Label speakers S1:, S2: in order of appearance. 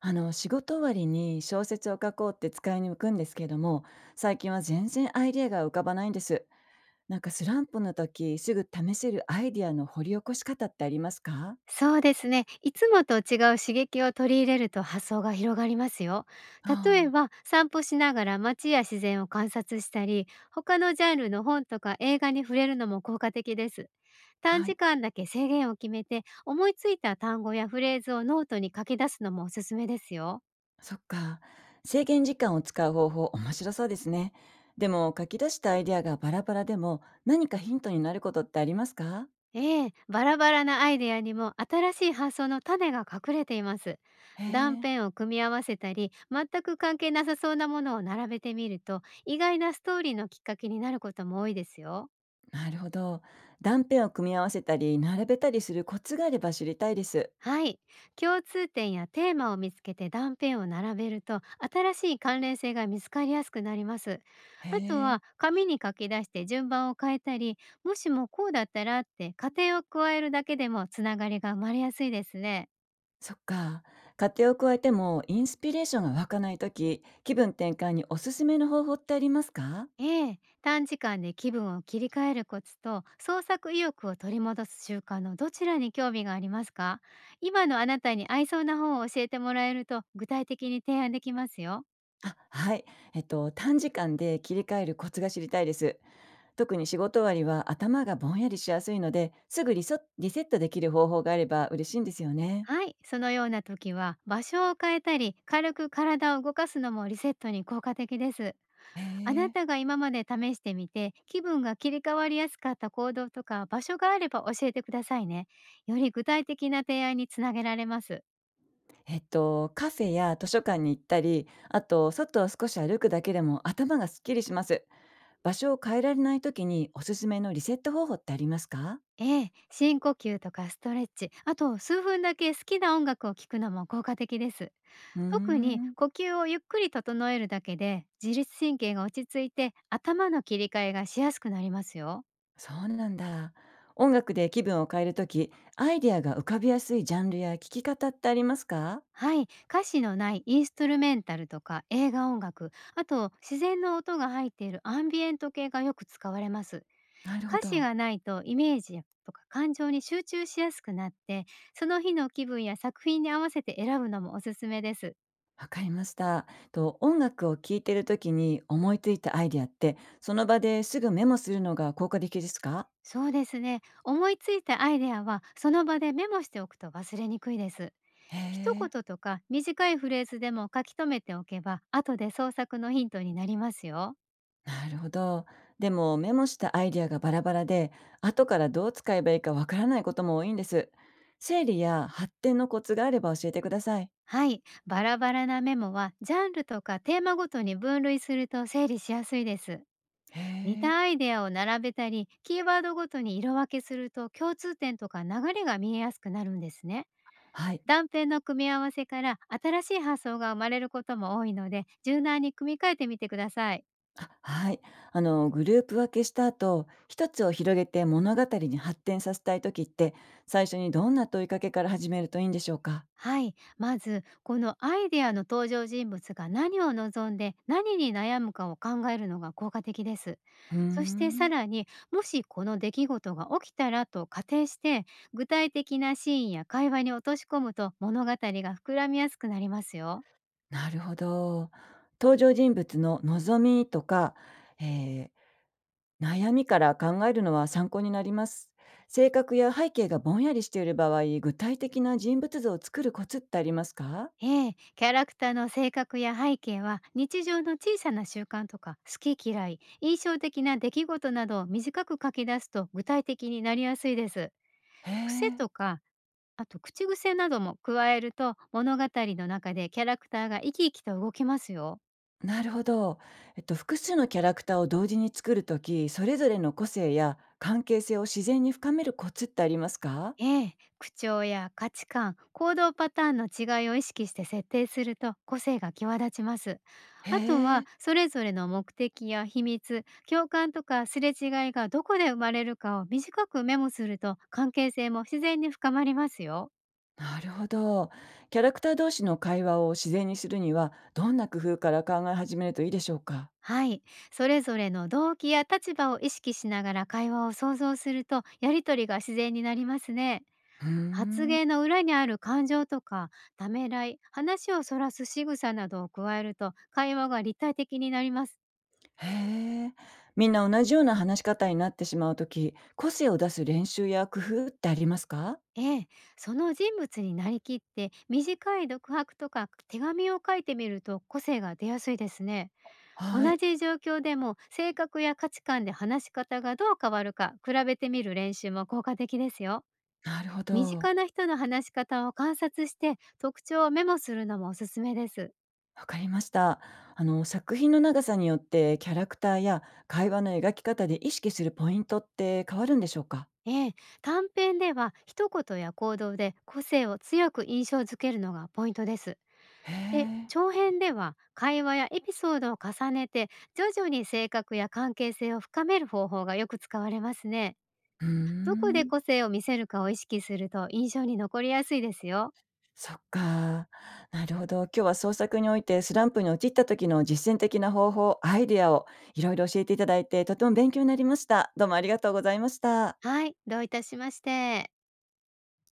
S1: 仕事終わりに小説を書こうって使いに行くんですけれども、最近は全然アイデアが浮かばないんです。スランプの時すぐ試せるアイデアの掘り起こし方ってありますか？
S2: そうですね。いつもと違う刺激を取り入れると発想が広がりますよ。例え
S1: あ
S2: ば
S1: あ。
S2: 散歩しながら街や自然を観察したり、他のジャンルの本とか映画に触れるのも効果的です。短
S1: は
S2: 時
S1: い。
S2: 間だけ制限を決めて、思いついた単語やフレーズをノートに書き出すのもおすすめですよ。
S1: そっか。制限時間を使う方法面白そうですね。でも書き出したアイデアがバラバラでも何かヒントになることってありますか？
S2: ええ、バラバラなアイデアにも新しい発想の種が隠れています。
S1: へ
S2: 断
S1: え。
S2: 片を組み合わせたり、全く関係なさそうなものを並べてみると、意外なストーリーのきっかけになることも多いですよ。
S1: なるほど。断片を組み合わせたり並べたりするコツがあれば知りたいです。
S2: はい。共通点やテーマを見つけて断片を並べると、新しい関連性が見つかりやすくなります。
S1: へ
S2: あと
S1: え。
S2: は、紙に書き出して順番を変えたり、もしもこうだったらって仮定を加えるだけでもつながりが生まれやすいですね。
S1: そっか。家庭を加えてもインスピレーションが湧かないとき、気分転換におすすめの方法ってありますか？
S2: ええ、短時間で気分を切り替えるコツと創作意欲を取り戻す習慣のどちらに興味がありますか？今のあなたに合いそうな本を教えてもらえると具体的に提案できますよ。
S1: あ、はい。短時間で切り替えるコツが知りたいです。特に仕事終わりは頭がぼんやりしやすいので、すぐリソリセットできる方法があれば嬉しいんですよね。
S2: はい、そのような時は場所を変えたり軽く体を動かすのもリセットに効果的です。
S1: へ
S2: あな
S1: え。
S2: たが今まで試してみて気分が切り替わりやすかった行動とか場所があれば教えてくださいね。より具体的な提案につなげられます。
S1: カフェや図書館に行ったり、あと、外を少し歩くだけでも頭がすっきりします。場所を変えられないときにおすすめのリセット方法ってありますか？
S2: ええ、深呼吸とかストレッチ、あと数分だけ好きな音楽を聴くのも効果的です。
S1: うー
S2: 特に
S1: ん。
S2: 呼吸をゆっくり整えるだけで自律神経が落ち着いて頭の切り替えがしやすくなりますよ。
S1: そうなんだ。音楽で気分を変えるとき、アイデアが浮かびやすいジャンルや聴き方ってありますか？
S2: はい、歌詞のないインストゥルメンタルとか映画音楽、あと自然の音が入っているアンビエント系がよく使われます。
S1: なるほ
S2: 歌詞
S1: ど。
S2: がないとイメージとか感情に集中しやすくなって、その日の気分や作品に合わせて選ぶのもおすすめです。
S1: わかりました。と音楽を聴いてるときに思いついたアイデアって、その場ですぐメモするのが効果的ですか？
S2: そうですね。思いついたアイデアはその場でメモしておくと忘れにくいです。
S1: へ
S2: 一
S1: え。
S2: 言とか短いフレーズでも書き留めておけば、後で創作のヒントになりますよ。
S1: なるほど。でもメモしたアイデアがバラバラで、後からどう使えばいいかわからないことも多いんです。整理や発展のコツがあれば教えてください。
S2: はい。バラバラなメモはジャンルとかテーマごとに分類すると整理しやすいです。
S1: へ
S2: 似た
S1: え。
S2: アイデアを並べたり、キーワードごとに色分けすると、共通点とか流れが見えやすくなるんですね。
S1: はい。
S2: 断片の組み合わせから新しい発想が生まれることも多いので、柔軟に組み替えてみてください。
S1: あ、はい。グループ分けした後、一つを広げて物語に発展させたい時って、最初にどんな問いかけから始めるといいんでしょうか？
S2: はい。まず、このアイデアの登場人物が何を望んで何に悩むかを考えるのが効果的です。
S1: うー
S2: そしてさ
S1: ん。
S2: らに、もしこの出来事が起きたらと仮定して、具体的なシーンや会話に落とし込むと物語が膨らみやすくなりますよ。
S1: なるほど。登場人物の望みとか、えー悩みから考えるのは参考になります。性格や背景がぼんやりしている場合、具体的な人物像を作るコツってありますか？
S2: ええ、キャラクターの性格や背景は、日常の小さな習慣とか好き嫌い、印象的な出来事などを短く書き出すと具体的になりやすいです。
S1: へ
S2: 癖
S1: え。
S2: とか、あと口癖なども加えると、物語の中でキャラクターが生き生きと動きますよ。
S1: なるほど。複数のキャラクターを同時に作るとき、それぞれの個性や関係性を自然に深めるコツってありますか？
S2: ええ、口調や価値観、行動パターンの違いを意識して設定すると個性が際立ちます。
S1: へ
S2: あと
S1: え、
S2: はそれぞれの目的や秘密、共感とかすれ違いがどこで生まれるかを短くメモすると、関係性も自然に深まりますよ。
S1: なるほど。キャラクター同士の会話を自然にするには、どんな工夫から考え始めるといいでしょうか？
S2: はい、それぞれの動機や立場を意識しながら会話を想像すると、やりとりが自然になりますね。
S1: うー
S2: 発
S1: ん。
S2: 言の裏にある感情とかためらい、話をそらす仕草などを加えると、会話が立体的になります。
S1: へえ。みんな同じような話し方になってしまうとき、個性を出す練習や工夫ってありますか？
S2: ええ、その人物になりきって短い独白とか手紙を書いてみると個性が出やすいですね。
S1: は
S2: 同
S1: い。
S2: じ状況でも性格や価値観で話し方がどう変わるか比べてみる練習も効果的ですよ。
S1: なるほ
S2: 身
S1: ど。
S2: 近な人の話し方を観察して特徴をメモするのもおすすめです。
S1: わかりました。あの作品の長さによってキャラクターや会話の描き方で意識するポイントって変わるんでしょうか？
S2: ええ、短編では一言や行動で個性を強く印象づけるのがポイントです。
S1: へ
S2: で、
S1: え。
S2: 長編では会話やエピソードを重ねて、徐々に性格や関係性を深める方法がよく使われますね。
S1: うー
S2: どこで
S1: ん。
S2: 個性を見せるかを意識すると印象に残りやすいですよ。
S1: そっか。なるほど。今日は創作においてスランプに陥った時の実践的な方法、アイデアをいろいろ教えていただいてとても勉強になりました。どうもありがとうございました。
S2: はい、どういたしまして。